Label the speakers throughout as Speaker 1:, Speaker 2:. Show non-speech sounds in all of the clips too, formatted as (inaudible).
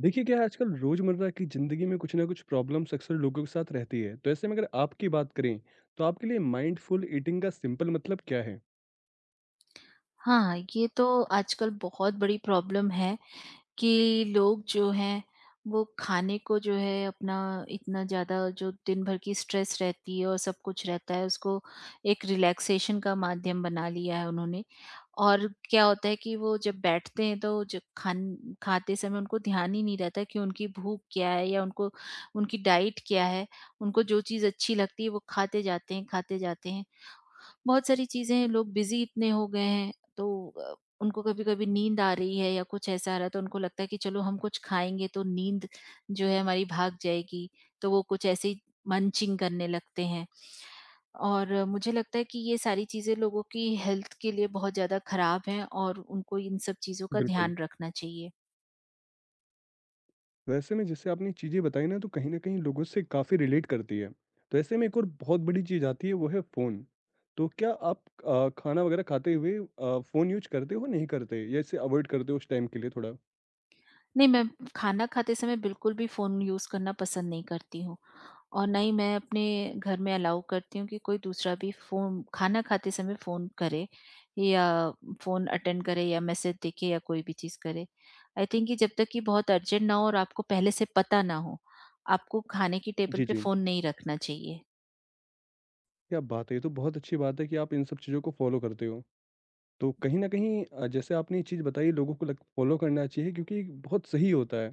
Speaker 1: देखिए क्या है आजकल रोज़मर्रा की ज़िंदगी में कुछ ना कुछ प्रॉब्लम्स अक्सर लोगों के साथ रहती है। तो ऐसे में अगर आपकी बात करें, तो आपके लिए माइंडफुल ईटिंग का सिंपल मतलब क्या है?
Speaker 2: हाँ, ये तो आजकल बहुत बड़ी प्रॉब्लम है कि लोग जो हैं वो खाने को जो है अपना, इतना ज़्यादा जो दिन भर की स्ट्रेस रहती है और सब कुछ रहता है, उसको एक रिलैक्सेशन का माध्यम बना लिया है उन्होंने। और क्या होता है कि वो जब बैठते हैं तो जब खान खाते समय उनको ध्यान ही नहीं रहता कि उनकी भूख क्या है या उनको उनकी डाइट क्या है। उनको जो चीज़ अच्छी लगती है वो खाते जाते हैं, खाते जाते हैं। बहुत सारी चीज़ें लोग बिज़ी इतने हो गए हैं तो अ, उनको कभी-कभी नींद आ रही है या कुछ ऐसा आ रहा है तो उनको लगता है कि चलो हम कुछ खाएँगे तो नींद जो है हमारी भाग जाएगी, तो वो कुछ ऐसे ही मंचिंग करने लगते हैं। और मुझे लगता है कि ये सारी चीज़ें लोगों की हेल्थ के लिए बहुत ज़्यादा ख़राब हैं और उनको इन सब चीज़ों का
Speaker 1: बिल्कुल,
Speaker 2: ध्यान रखना चाहिए।
Speaker 1: तो ऐसे में जैसे आपने चीज़ें बताई ना तो कहीं न कहीं लोगों से काफ़ी रिलेट करती है। तो ऐसे में एक और बहुत बड़ी चीज़ आती है वो है फ़ोन। तो क्या आप खाना वगैरह खाते हुए फ़ोन यूज़ करते हो, नहीं करते? या इसे अवॉइड करते हो उस टाइम के लिए थोड़ा?
Speaker 2: नहीं, मैं खाना खाते समय बिल्कुल भी फ़ोन यूज़ करना पसंद नहीं करती हूँ। और ना ही मैं अपने घर में अलाउ करती हूँ कि कोई दूसरा भी फ़ोन, खाना खाते समय फ़ोन करे या फ़ोन अटेंड करे या मैसेज देखे या कोई भी चीज़ करे। आई थिंक कि जब तक कि बहुत अर्जेंट ना हो और आपको पहले से पता ना हो, आपको खाने की टेबल
Speaker 1: जी,
Speaker 2: पे
Speaker 1: जी।
Speaker 2: फ़ोन नहीं रखना चाहिए।
Speaker 1: क्या बात है! ये तो बहुत अच्छी बात है कि आप इन सब चीज़ों को फ़ॉलो करते हो। तो कहीं न कहीं जैसे आपने ये चीज़ बताई लोगों को लग फ़ॉलो करना चाहिए क्योंकि बहुत सही होता है।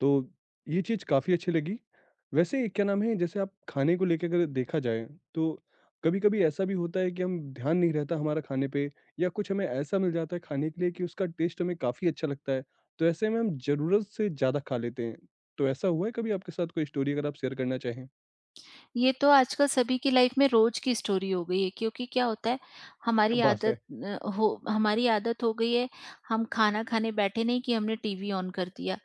Speaker 1: तो ये चीज़ काफ़ी अच्छी लगी। वैसे क्या नाम है जैसे आप खाने को लेके अगर देखा जाए तो कभी-कभी ऐसा भी होता है कि हम ध्यान नहीं रहता हमारा खाने पे या कुछ हमें ऐसा मिल जाता है खाने के लिए कि उसका टेस्ट हमें काफ़ी अच्छा लगता है। तो ऐसे में हम ज़रूरत से ज़्यादा खा लेते हैं। तो ऐसा हुआ है कभी आपके साथ कोई स्टोरी अगर आप शेयर करना चाहें?
Speaker 2: ये तो आजकल सभी की लाइफ में रोज की स्टोरी हो गई है क्योंकि क्या होता है,
Speaker 1: क्या
Speaker 2: हमारी
Speaker 1: बात
Speaker 2: आदत
Speaker 1: है!
Speaker 2: अ, हो हमारी आदत हो गई है, हम खाना खाने बैठे नहीं कि हमने टीवी ऑन कर दिया।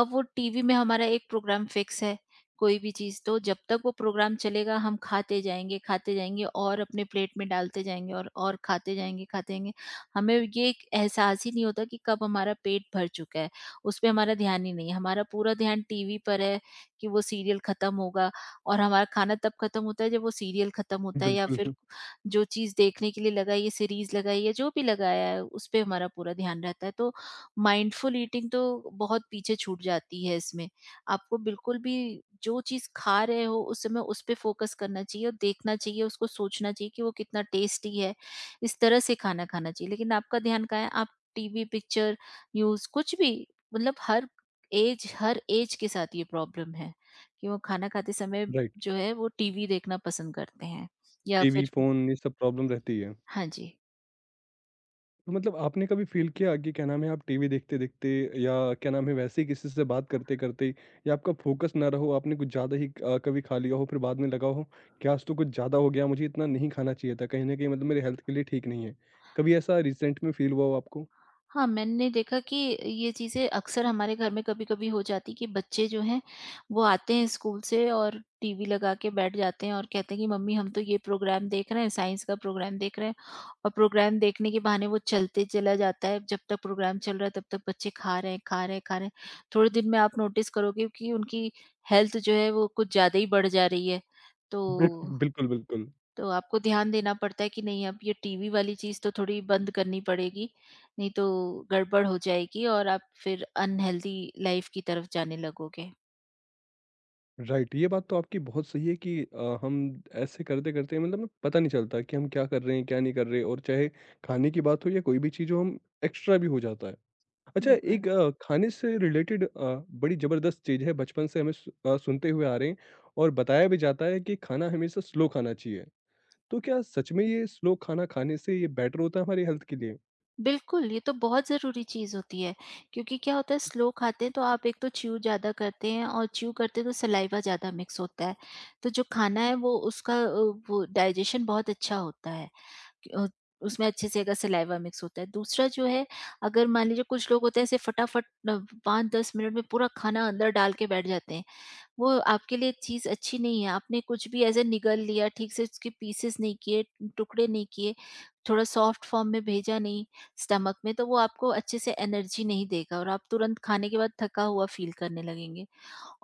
Speaker 2: अब वो टीवी में हमारा एक प्रोग्राम फिक्स है कोई भी चीज, तो जब तक वो प्रोग्राम चलेगा हम खाते जाएंगे, खाते जाएंगे और अपने प्लेट में डालते जाएंगे और खाते जाएंगे, खाते जाएंगे। हमें ये एक एहसास ही नहीं होता कि कब हमारा पेट भर चुका है, उस पर हमारा ध्यान ही नहीं है। हमारा पूरा ध्यान टीवी पर है कि वो सीरियल खत्म होगा और हमारा खाना तब खत्म होता है जब वो सीरियल खत्म होता है। या
Speaker 1: बिल्कुल।
Speaker 2: फिर
Speaker 1: (laughs)
Speaker 2: जो चीज़ देखने के लिए लगाई है, सीरीज़ लगाई है, जो भी लगाया है, उस पे हमारा पूरा ध्यान रहता है। तो माइंडफुल ईटिंग तो बहुत पीछे छूट जाती है इसमें। आपको बिल्कुल भी जो चीज़ खा रहे हो उस समय उस पे फोकस करना चाहिए और देखना चाहिए, उसको सोचना चाहिए कि वो कितना टेस्टी है। इस तरह से खाना खाना चाहिए। लेकिन आपका ध्यान कहाँ है? आप टीवी, पिक्चर, न्यूज़ कुछ भी। मतलब हर ऐज के साथ ये प्रॉब्लम है कि वो खाना खाते समय
Speaker 1: राइट।
Speaker 2: जो है वो टीवी देखना पसंद करते हैं या
Speaker 1: टीवी,
Speaker 2: फिर।
Speaker 1: फ़ोन ये सब प्रॉब्लम रहती है।
Speaker 2: हाँ जी।
Speaker 1: तो मतलब आपने कभी फील किया कि क्या नाम है आप टीवी देखते देखते या क्या नाम है वैसे ही किसी से बात करते करते या आपका फोकस ना रहो आपने कुछ ज़्यादा ही कभी खा लिया हो फिर बाद में लगा हो कि आज तो कुछ ज़्यादा हो गया, मुझे इतना नहीं खाना चाहिए था, कहीं ना कहीं मतलब मेरे हेल्थ के लिए ठीक नहीं है। कभी ऐसा रिसेंट में फील हुआ हो आपको?
Speaker 2: हाँ, मैंने देखा कि ये चीज़ें अक्सर हमारे घर में कभी-कभी हो जाती कि बच्चे जो हैं वो आते हैं स्कूल से और टीवी लगा के बैठ जाते हैं और कहते हैं कि मम्मी हम तो ये प्रोग्राम देख रहे हैं, साइंस का प्रोग्राम देख रहे हैं, और प्रोग्राम देखने के बहाने वो चलते चला जाता है। जब तक प्रोग्राम चल रहा है तब तक बच्चे खा रहे हैं, खा रहे हैं, खा रहे हैं। थोड़े दिन में आप नोटिस करोगे कि उनकी हेल्थ जो है वो कुछ ज़्यादा ही बढ़ जा रही है।
Speaker 1: बिल्कुल,
Speaker 2: तो
Speaker 1: बिल्कुल, बिल्कुल।
Speaker 2: तो आपको ध्यान देना पड़ता है कि नहीं, अब ये टीवी वाली चीज़ तो थोड़ी बंद करनी पड़ेगी, नहीं तो गड़बड़ हो जाएगी और आप फिर अनहेल्दी लाइफ की तरफ जाने लगोगे।
Speaker 1: राइट, ये बात तो आपकी बहुत सही है कि हम ऐसे करते-करते मतलब ना पता नहीं चलता कि हम क्या कर रहे हैं, क्या नहीं कर रहे और चाहे खाने की बात हो या कोई भी चीज़ हो हम एक्स्ट्रा भी हो जाता है। अच्छा,
Speaker 2: बिल्कुल।
Speaker 1: एक खाने से रिलेटेड बड़ी ज़बरदस्त चीज़ है, बचपन से हमें सुनते हुए आ रहे हैं और बताया भी जाता है कि खाना हमेशा स्लो खाना चाहिए। तो क्या सच में ये स्लो खाना खाने से ये बेटर होता है हमारी हेल्थ के लिए?
Speaker 2: बिल्कुल, ये तो बहुत ज़रूरी चीज़ होती है क्योंकि क्या होता है, स्लो खाते हैं तो आप एक तो च्यू ज़्यादा करते हैं और च्यू करते हैं तो सलाइवा ज़्यादा मिक्स होता है। तो जो खाना है वो उसका वो डाइजेशन बहुत अच्छा होता है। अ, उसमें अच्छे से अगर सलाइवा मिक्स होता है। दूसरा जो है, अगर मान लीजिए कुछ लोग होते हैं ऐसे फटाफट, 5-10 मिनट में पूरा खाना अंदर डाल के बैठ जाते हैं। वो आपके लिए चीज़ अच्छी नहीं है। आपने कुछ भी ऐसे निगल लिया, ठीक से उसके पीसेस नहीं किए, टुकड़े नहीं किए, थोड़ा सॉफ्ट फॉर्म में भेजा नहीं स्टमक में, तो वो आपको अच्छे से एनर्जी नहीं देगा और आप तुरंत खाने के बाद थका हुआ फ़ील करने लगेंगे।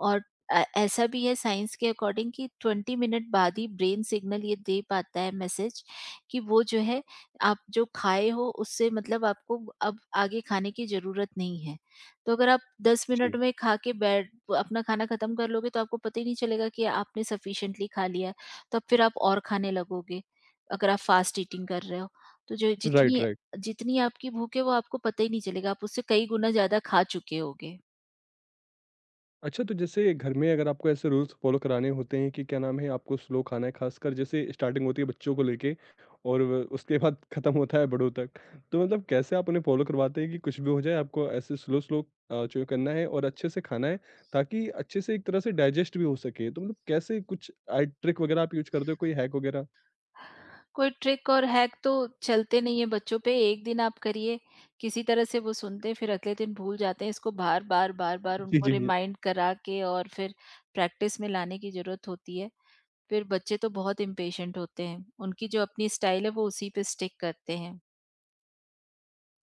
Speaker 2: और ऐसा भी है साइंस के अकॉर्डिंग कि 20 मिनट बाद ही ब्रेन सिग्नल ये दे पाता है मैसेज कि वो जो है आप जो खाए हो उससे मतलब आपको अब आगे खाने की ज़रूरत नहीं है। तो अगर आप 10 मिनट
Speaker 1: जी,
Speaker 2: में खा के बैठ अपना खाना ख़त्म कर लोगे तो आपको पता ही नहीं चलेगा कि आपने सफिशिएंटली खा लिया है। तब फिर आप और खाने लगोगे, अगर आप फ़ास्ट ईटिंग कर रहे हो। तो जो
Speaker 1: राइट,
Speaker 2: जितनी
Speaker 1: राइट।
Speaker 2: जितनी आपकी भूख है वो आपको पता ही नहीं चलेगा, आप उससे कई गुना ज़्यादा खा चुके होगे।
Speaker 1: अच्छा, तो जैसे घर में अगर आपको ऐसे रूल्स फ़ॉलो कराने होते हैं कि क्या नाम है, आपको स्लो खाना है, ख़ासकर जैसे स्टार्टिंग होती है बच्चों को लेके और व उसके बाद (laughs) ख़त्म होता है बड़ों तक। तो मतलब कैसे आप उन्हें फ़ॉलो करवाते हैं कि कुछ भी हो जाए आपको ऐसे स्लो-स्लो चो करना है और अच्छे से खाना है ताकि अच्छे से एक तरह से डाइजेस्ट भी हो सके? तो मतलब कैसे कुछ ट्रिक वग़ैरह आप यूज़ करते हो, कोई हैक वग़ैरह?
Speaker 2: कोई ट्रिक और हैक तो चलते नहीं है बच्चों पे। एक दिन आप करिए, किसी तरह से वो सुनते हैं, फिर अगले दिन भूल जाते हैं। इसको बार-बार, बार-बार
Speaker 1: जी,
Speaker 2: उनको
Speaker 1: जी।
Speaker 2: रिमाइंड करा के और फिर प्रैक्टिस में लाने की ज़रूरत होती है। फिर बच्चे तो बहुत इम्पेशेंट होते हैं। उनकी जो अपनी स्टाइल है, वो उसी पे स्टिक करते हैं।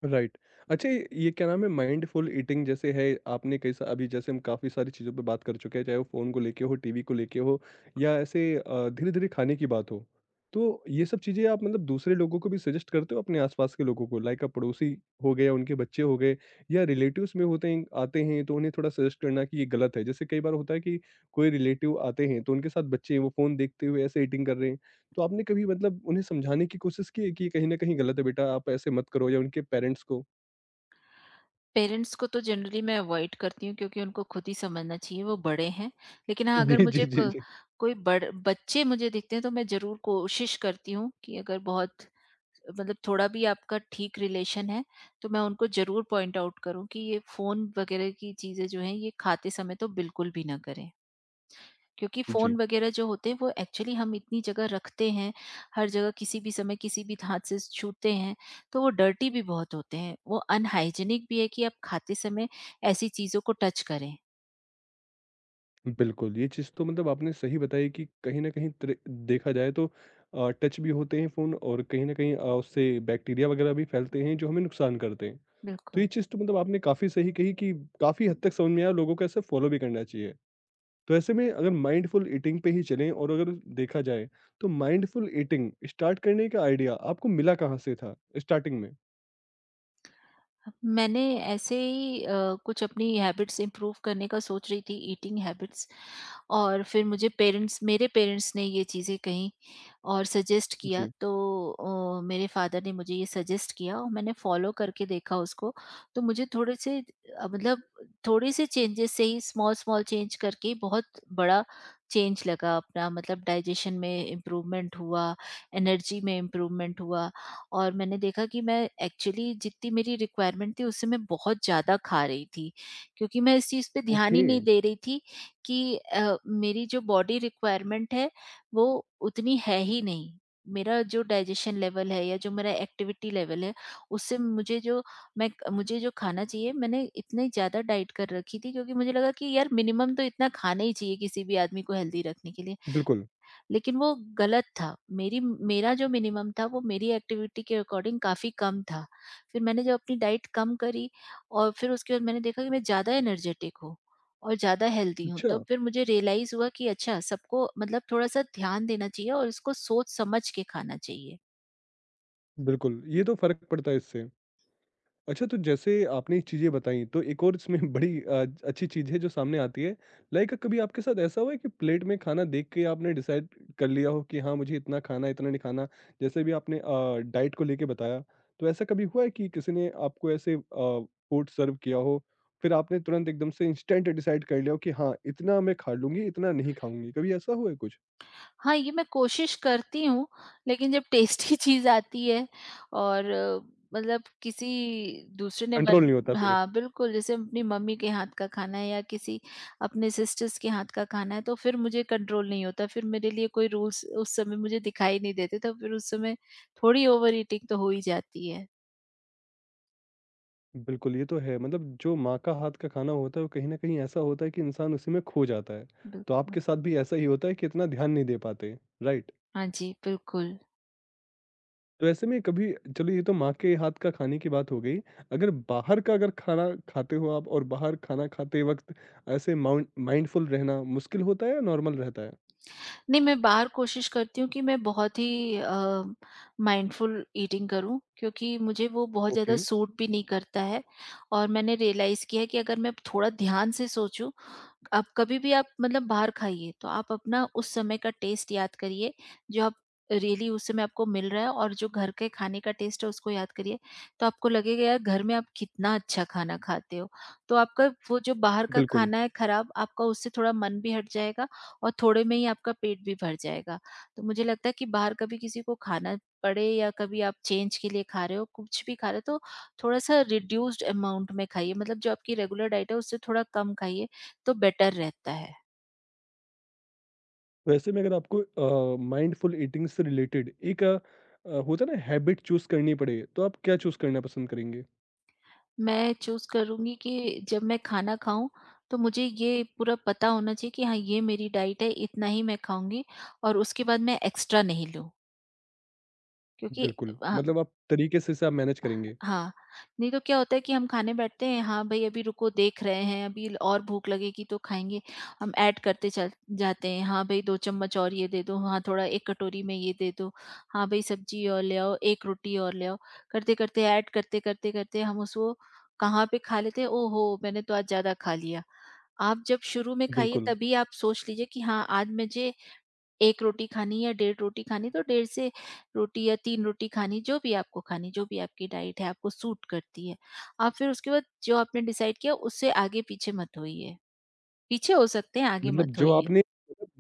Speaker 1: राइट। अच्छा, ये क्या नाम है माइंडफुल ईटिंग जैसे है, आपने कैसा अभी जैसे हम काफ़ी सारी चीज़ों पे बात कर चुके हैं, चाहे वो फ़ोन को लेके हो, टीवी को लेके हो या ऐसे धीरे-धीरे खाने की बात हो। तो ये सब चीज़ें आप मतलब दूसरे लोगों को भी सजेस्ट करते हो अपने आस-पास के लोगों को? लाइक आप पड़ोसी हो गए या उनके बच्चे हो गए या रिलेटिव्स में होते हैं, आते हैं तो उन्हें थोड़ा सजेस्ट करना कि ये गलत है। जैसे कई बार होता है कि कोई रिलेटिव आते हैं तो उनके साथ बच्चे हैं, वो फ़ोन देखते हुए ऐसे ईटिंग कर रहे हैं। तो आपने कभी मतलब उन्हें समझाने की कोशिश की है कि ये कहीं न कहीं गलत है बेटा, आप ऐसे मत करो, या उनके पेरेंट्स को?
Speaker 2: पेरेंट्स को तो जनरली मैं अवॉइड करती हूँ क्योंकि उनको खुद ही समझना चाहिए, वो बड़े हैं। लेकिन हाँ, अगर
Speaker 1: जी, जी,
Speaker 2: मुझे
Speaker 1: जी,
Speaker 2: क
Speaker 1: जी।
Speaker 2: कोई बड़ बच्चे मुझे दिखते हैं तो मैं ज़रूर कोशिश करती हूँ कि अगर बहुत, मतलब थोड़ा भी आपका ठीक रिलेशन है, तो मैं उनको ज़रूर पॉइंट आउट करूँ कि ये फ़ोन वग़ैरह की चीज़ें जो हैं ये खाते समय तो बिल्कुल भी ना करें। क्योंकि फ़ोन
Speaker 1: जी,
Speaker 2: वगैरह जो होते हैं वो एक्चुअली हम इतनी जगह रखते हैं, हर जगह किसी भी समय किसी भी हाथ से छूते हैं, तो वो डर्टी भी बहुत होते हैं। वो अनहाइजीनिक भी है कि आप खाते समय ऐसी चीज़ों को टच करें।
Speaker 1: बिल्कुल, ये चीज़ तो मतलब आपने सही बताई कि कहीं न कहीं त्रे देखा जाए तो टच भी होते हैं फ़ोन और कहीं न कहीं उससे बैक्टीरिया वगैरह भी फैलते हैं जो हमें नुकसान करते हैं। तो
Speaker 2: बिल्कुल।
Speaker 1: ये चीज़ तो मतलब आपने काफ़ी सही कही कि काफ़ी हद तक समझ में आया, लोगों को ऐसे फॉलो भी करना चाहिए। तो ऐसे में अगर माइंडफुल ईटिंग पे ही चलें और अगर देखा जाए तो माइंडफुल ईटिंग स्टार्ट करने का आइडिया आपको मिला कहाँ से था स्टार्टिंग में?
Speaker 2: मैंने ऐसे ही कुछ अपनी हैबिट्स इम्प्रूव करने का सोच रही थी, ईटिंग हैबिट्स, और फिर मुझे पेरेंट्स मेरे पेरेंट्स ने ये चीज़ें कहीं और सजेस्ट किया
Speaker 1: जी,
Speaker 2: तो मेरे फादर ने मुझे ये सजेस्ट किया और मैंने फॉलो करके देखा उसको, तो मुझे थोड़े से चेंजेस से ही, स्मॉल स्मॉल चेंज करके ही, बहुत बड़ा चेंज लगा अपना। मतलब डाइजेशन में इम्प्रूवमेंट हुआ, एनर्जी में इम्प्रूवमेंट हुआ, और मैंने देखा कि मैं एक्चुअली जितनी मेरी रिक्वायरमेंट थी उससे मैं बहुत ज़्यादा खा रही थी। क्योंकि मैं इस चीज़ पे ध्यान ही
Speaker 1: ओके,
Speaker 2: नहीं दे रही थी कि मेरी जो बॉडी रिक्वायरमेंट है वो उतनी है ही नहीं। मेरा जो डाइजेशन लेवल है या जो मेरा एक्टिविटी लेवल है उससे मुझे जो, मैं मुझे जो खाना चाहिए, मैंने इतनी ज़्यादा डाइट कर रखी थी क्योंकि मुझे लगा कि यार मिनिमम तो इतना खाना ही चाहिए किसी भी आदमी को हेल्दी रखने के लिए।
Speaker 1: बिल्कुल।
Speaker 2: लेकिन वो गलत था। मेरी मेरा जो मिनिमम था वो मेरी एक्टिविटी के अकॉर्डिंग काफ़ी कम था। फिर मैंने जब अपनी डाइट कम करी और फिर उसके बाद मैंने देखा कि मैं ज़्यादा एनर्जेटिक हूँ और ज़्यादा हेल्दी हूँ।
Speaker 1: अच्छा,
Speaker 2: तब फिर मुझे रियलाइज़ हुआ कि अच्छा, सबको मतलब थोड़ा-सा ध्यान देना चाहिए और इसको सोच समझ के खाना चाहिए।
Speaker 1: बिल्कुल, ये तो फ़र्क पड़ता है इससे। अच्छा, तो जैसे आपने ये चीज़ें बताई तो एक और इसमें (laughs) बड़ी अच्छी चीज़ है जो सामने आती है, लाइक कभी आपके साथ ऐसा हुआ है कि प्लेट में खाना देख के आपने डिसाइड कर लिया हो कि हाँ, मुझे इतना खाना है, इतना नहीं खाना? जैसे भी आपने डाइट को लेके बताया, तो ऐसा कभी हुआ है कि किसी ने आपको ऐसे फूड सर्व किया हो, फिर आपने तुरंत एकदम से इंस्टेंट डिसाइड कर लिया हो कि हाँ, इतना मैं खा लूँगी, इतना नहीं खाऊँगी, कभी ऐसा हुआ है कुछ?
Speaker 2: हाँ, ये मैं कोशिश करती हूँ, लेकिन जब टेस्टी (laughs) चीज़ आती है और मतलब किसी दूसरे ने
Speaker 1: कंट्रोल नहीं
Speaker 2: बन
Speaker 1: होता फिर।
Speaker 2: हाँ, बिल्कुल जैसे अपनी मम्मी के हाथ का खाना है या किसी अपने सिस्टर्स के हाथ का खाना है, तो फिर मुझे कंट्रोल नहीं होता, फिर मेरे लिए कोई रूल्स उस समय मुझे दिखाई नहीं देते, तो फिर उस समय थोड़ी ओवर ईटिंग तो हो ही जाती है।
Speaker 1: बिल्कुल, ये तो है। मतलब जो माँ का हाथ का खाना होता है, वो कहीं न कहीं ऐसा होता है कि इंसान उसी में खो जाता है। तो
Speaker 2: बिल्कुल।
Speaker 1: आपके साथ भी ऐसा ही होता है कि इतना ध्यान नहीं दे पाते, राइट?
Speaker 2: हाँ जी, बिल्कुल।
Speaker 1: तो ऐसे में कभी, चलो, ये तो माँ के हाथ का खाने की बात हो गई। अगर बाहर का अगर खाना खाते हो आप और बाहर खाना खाते वक़्त ऐसे माउंट माइंडफुल रहना मुश्किल होता है या नॉर्मल रहता है?
Speaker 2: नहीं, मैं बाहर कोशिश करती हूँ कि मैं बहुत ही माइंडफुल ईटिंग करूँ क्योंकि मुझे वो बहुत ज़्यादा
Speaker 1: ओके,
Speaker 2: सूट भी नहीं करता है, और मैंने रियलाइज़ किया है कि अगर मैं थोड़ा ध्यान से सोचूँ, आप कभी भी, आप मतलब बाहर खाइए, तो आप अपना उस समय का टेस्ट याद करिए, जो आप रियली उस समय आपको मिल रहा है, और जो घर के खाने का टेस्ट है, उसको याद करिए। तो आपको लगेगा यार घर में आप कितना अच्छा खाना खाते हो। तो आपका वो जो बाहर का
Speaker 1: बिल्कुल।
Speaker 2: खाना है खराब, आपका उससे थोड़ा मन भी हट जाएगा और थोड़े में ही आपका पेट भी भर जाएगा। तो मुझे लगता है कि बाहर कभी किसी को खाना पड़े या कभी आप चेंज के लिए खा रहे हो, कुछ भी खा रहे हो, तो थोड़ा-सा रिड्यूस्ड अमाउंट में खाइए। मतलब जो आपकी रेगुलर डाइट है, उससे थोड़ा कम खाइए तो बेटर रहता है।
Speaker 1: तो ऐसे में अगर आपको माइंडफुल ईटिंग से रिलेटेड एक होता है ना, हैबिट चूज़ करनी पड़े, तो आप क्या चूज़ करना पसंद करेंगे?
Speaker 2: मैं चूज़ करूँगी कि जब मैं खाना खाऊँ, तो मुझे ये पूरा पता होना चाहिए कि हाँ, ये मेरी डाइट है, इतना ही मैं खाऊँगी और उसके बाद मैं एक्स्ट्रा नहीं लूँ। क्योंकि
Speaker 1: बिल्कुल,
Speaker 2: अ,
Speaker 1: मतलब आप तरीके से इसे आप मैनेज करेंगे।
Speaker 2: हाँ, नहीं तो क्या होता है कि हम खाने बैठते हैं, हाँ भई अभी रुको देख रहे हैं, अभी और भूख लगेगी तो खाएँगे। हम ऐड करते चल जाते हैं, हाँ भई 2 चम्मच और ये दे दो, हाँ थोड़ा 1 कटोरी में ये दे दो, हाँ भई सब्जी और ले आओ, 1 रोटी और ले आओ। करते-करते ऐड करते, करते-करते हम उसको कहाँ पे खा लेते हैं, ओहो! मैंने तो आज ज़्यादा खा लिया। आप जब शुरू में खाइए
Speaker 1: बिल्कुल,
Speaker 2: तभी आप सोच लीजिए कि हाँ, आज मुझे 1 रोटी खानी या डेढ़ रोटी खानी, तो डेढ़ से रोटी या 3 रोटी खानी, जो भी आपको खानी, जो भी आपकी डाइट है आपको सूट करती है। आप फिर उसके बाद जो आपने डिसाइड किया उससे आगे-पीछे मत होइए। पीछे हो सकते हैं, आगे
Speaker 1: मतलब
Speaker 2: मत
Speaker 1: जो
Speaker 2: होइए।
Speaker 1: आपने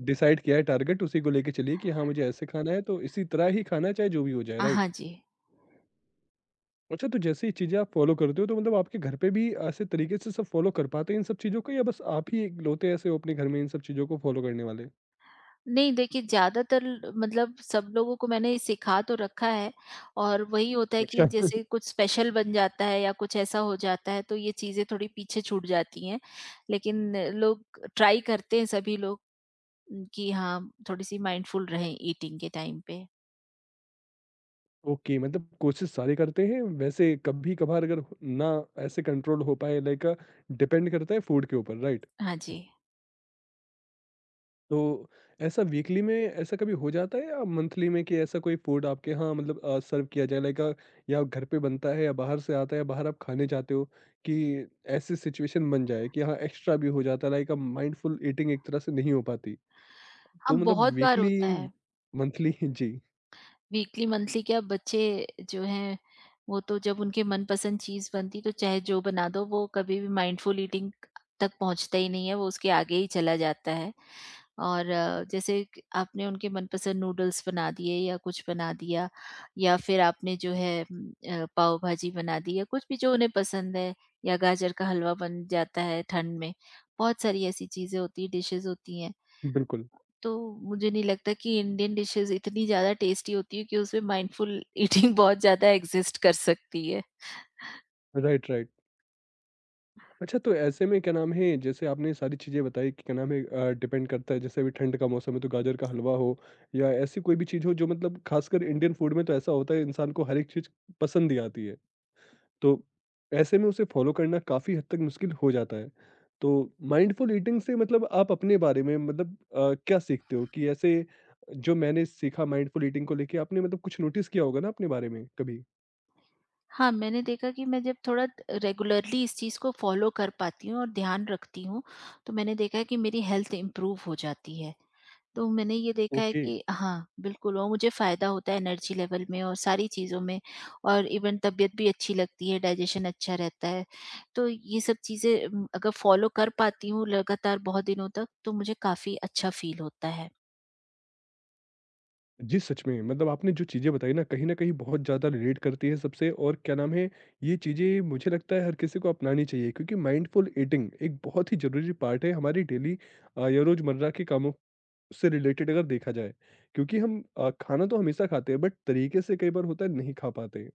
Speaker 1: डिसाइड किया है टारगेट, उसी को लेके चलिए कि हाँ, मुझे ऐसे खाना है तो इसी तरह ही खाना है, चाहे जो भी हो जाए,
Speaker 2: हाँ
Speaker 1: राइट?
Speaker 2: जी।
Speaker 1: अच्छा, तो जैसे ये चीज़ें आप फ़ॉलो करते हो तो मतलब आपके घर पे भी ऐसे तरीके से सब फ़ॉलो कर पाते हैं इन सब चीज़ों को, या बस आप ही इकलौते ऐसे हो अपने घर में इन सब चीज़ों को फ़ॉलो करने वाले?
Speaker 2: नहीं देखिए, ज़्यादातर मतलब सब लोगों को मैंने सिखा तो रखा है और वही होता है कि
Speaker 1: अच्छा। (laughs)
Speaker 2: जैसे कुछ स्पेशल बन जाता है या कुछ ऐसा हो जाता है तो ये चीज़ें थोड़ी पीछे छूट जाती हैं। लेकिन लोग ट्राई करते हैं, सभी लोग, कि हाँ, थोड़ी-सी माइंडफुल रहें ईटिंग के टाइम पे।
Speaker 1: ओके, मतलब कोशिश सारे करते हैं, वैसे कभी-कभार अगर ना ऐसे कंट्रोल हो पाए, लाइक डिपेंड करता है फूड के ऊपर, राइट?
Speaker 2: हाँ जी।
Speaker 1: तो ऐसा वीकली में ऐसा कभी हो जाता है या मंथली में कि ऐसा कोई फूड आपके यहाँ मतलब सर्व किया जाए, लाइक या घर पे बनता है या बाहर से आता है या बाहर आप खाने जाते हो कि ऐसी सिचुएशन बन जाए कि हाँ एक्स्ट्रा भी हो जाता है, लाइक अब माइंडफुल ईटिंग एक तरह से नहीं हो पाती। तो
Speaker 2: हाँ,
Speaker 1: मतलब
Speaker 2: बहुत बार
Speaker 1: वीकली,
Speaker 2: होता है।
Speaker 1: मंथली। (laughs) जी,
Speaker 2: वीकली, मंथली क्या, बच्चे जो हैं, वो तो जब उनके मनपसंद चीज़ बनती तो चाहे जो बना दो, वो कभी भी माइंडफुल ईटिंग तक पहुँचता ही नहीं है, वो उसके आगे ही चला जाता है। और जैसे कि आपने उनके मनपसंद नूडल्स बना दिए या कुछ बना दिया या फिर आपने जो है पाव भाजी बना दी या कुछ भी जो उन्हें पसंद है या गाजर का हलवा बन जाता है ठंड में, बहुत सारी ऐसी चीज़ें होती हैं, डिशेस होती हैं,
Speaker 1: बिल्कुल,
Speaker 2: तो मुझे नहीं लगता कि इंडियन डिशेस इतनी ज़्यादा टेस्टी होती है कि उसमें माइंडफुल ईटिंग (laughs) बहुत ज़्यादा एग्जिस्ट कर सकती है।
Speaker 1: Right, right. अच्छा, तो ऐसे में क्या नाम है, जैसे आपने सारी चीज़ें बताई कि क्या नाम है, डिपेंड करता है, जैसे अभी ठंड का मौसम है तो गाजर का हलवा हो या ऐसी कोई भी चीज़ हो जो मतलब खासकर इंडियन फूड में तो ऐसा होता है, इंसान को हर एक चीज़ पसंद ही आती है। तो ऐसे में उसे फ़ॉलो करना काफ़ी हद तक मुश्किल हो जाता है। तो माइंडफुल ईटिंग से मतलब आप अपने बारे में मतलब क्या सीखते हो कि ऐसे जो मैंने सीखा माइंडफुल ईटिंग को लेके, आपने मतलब कुछ नोटिस किया होगा ना अपने बारे में कभी?
Speaker 2: हाँ, मैंने देखा कि मैं जब थोड़ा रेगुलरली इस चीज़ को फ़ॉलो कर पाती हूँ और ध्यान रखती हूँ, तो मैंने देखा है कि मेरी हेल्थ इम्प्रूव हो जाती है। तो मैंने ये देखा है
Speaker 1: ओके।
Speaker 2: कि हाँ, बिल्कुल, और मुझे फ़ायदा होता है एनर्जी लेवल में और सारी चीज़ों में और इवन तबीयत भी अच्छी लगती है, डाइजेशन अच्छा रहता है। तो ये सब चीज़ें अगर फ़ॉलो कर पाती हूँ लगातार बहुत दिनों तक, तो मुझे काफ़ी अच्छा फ़ील होता है।
Speaker 1: जी, सच में। मतलब आपने जो चीज़ें बताई ना, कहीं न कहीं बहुत ज़्यादा रिलेट करती है सबसे, और क्या नाम है, ये चीज़ें मुझे लगता है हर किसी को अपनानी चाहिए क्योंकि माइंडफुल ईटिंग एक बहुत ही ज़रूरी पार्ट है हमारी डेली या रोज़मर्रा के कामों उससे रिलेटेड, अगर देखा जाए, क्योंकि हम खाना तो हमेशा खाते हैं बट तरीके से कई बार होता है नहीं खा पाते।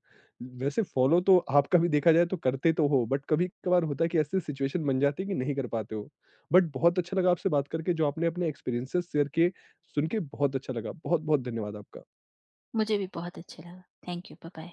Speaker 1: वैसे फॉलो तो आपका भी देखा जाए तो करते तो हो, बट कभी कभार होता है कि ऐसी सिचुएशन बन जाती है कि नहीं कर पाते हो। बट बहुत अच्छा लगा आपसे बात करके, जो आपने अपने एक्सपीरियंसेस शेयर किए, सुन के बहुत अच्छा लगा। बहुत बहुत धन्यवाद आपका।
Speaker 2: मुझे भी बहुत अच्छा लगा। Thank you, bye-bye.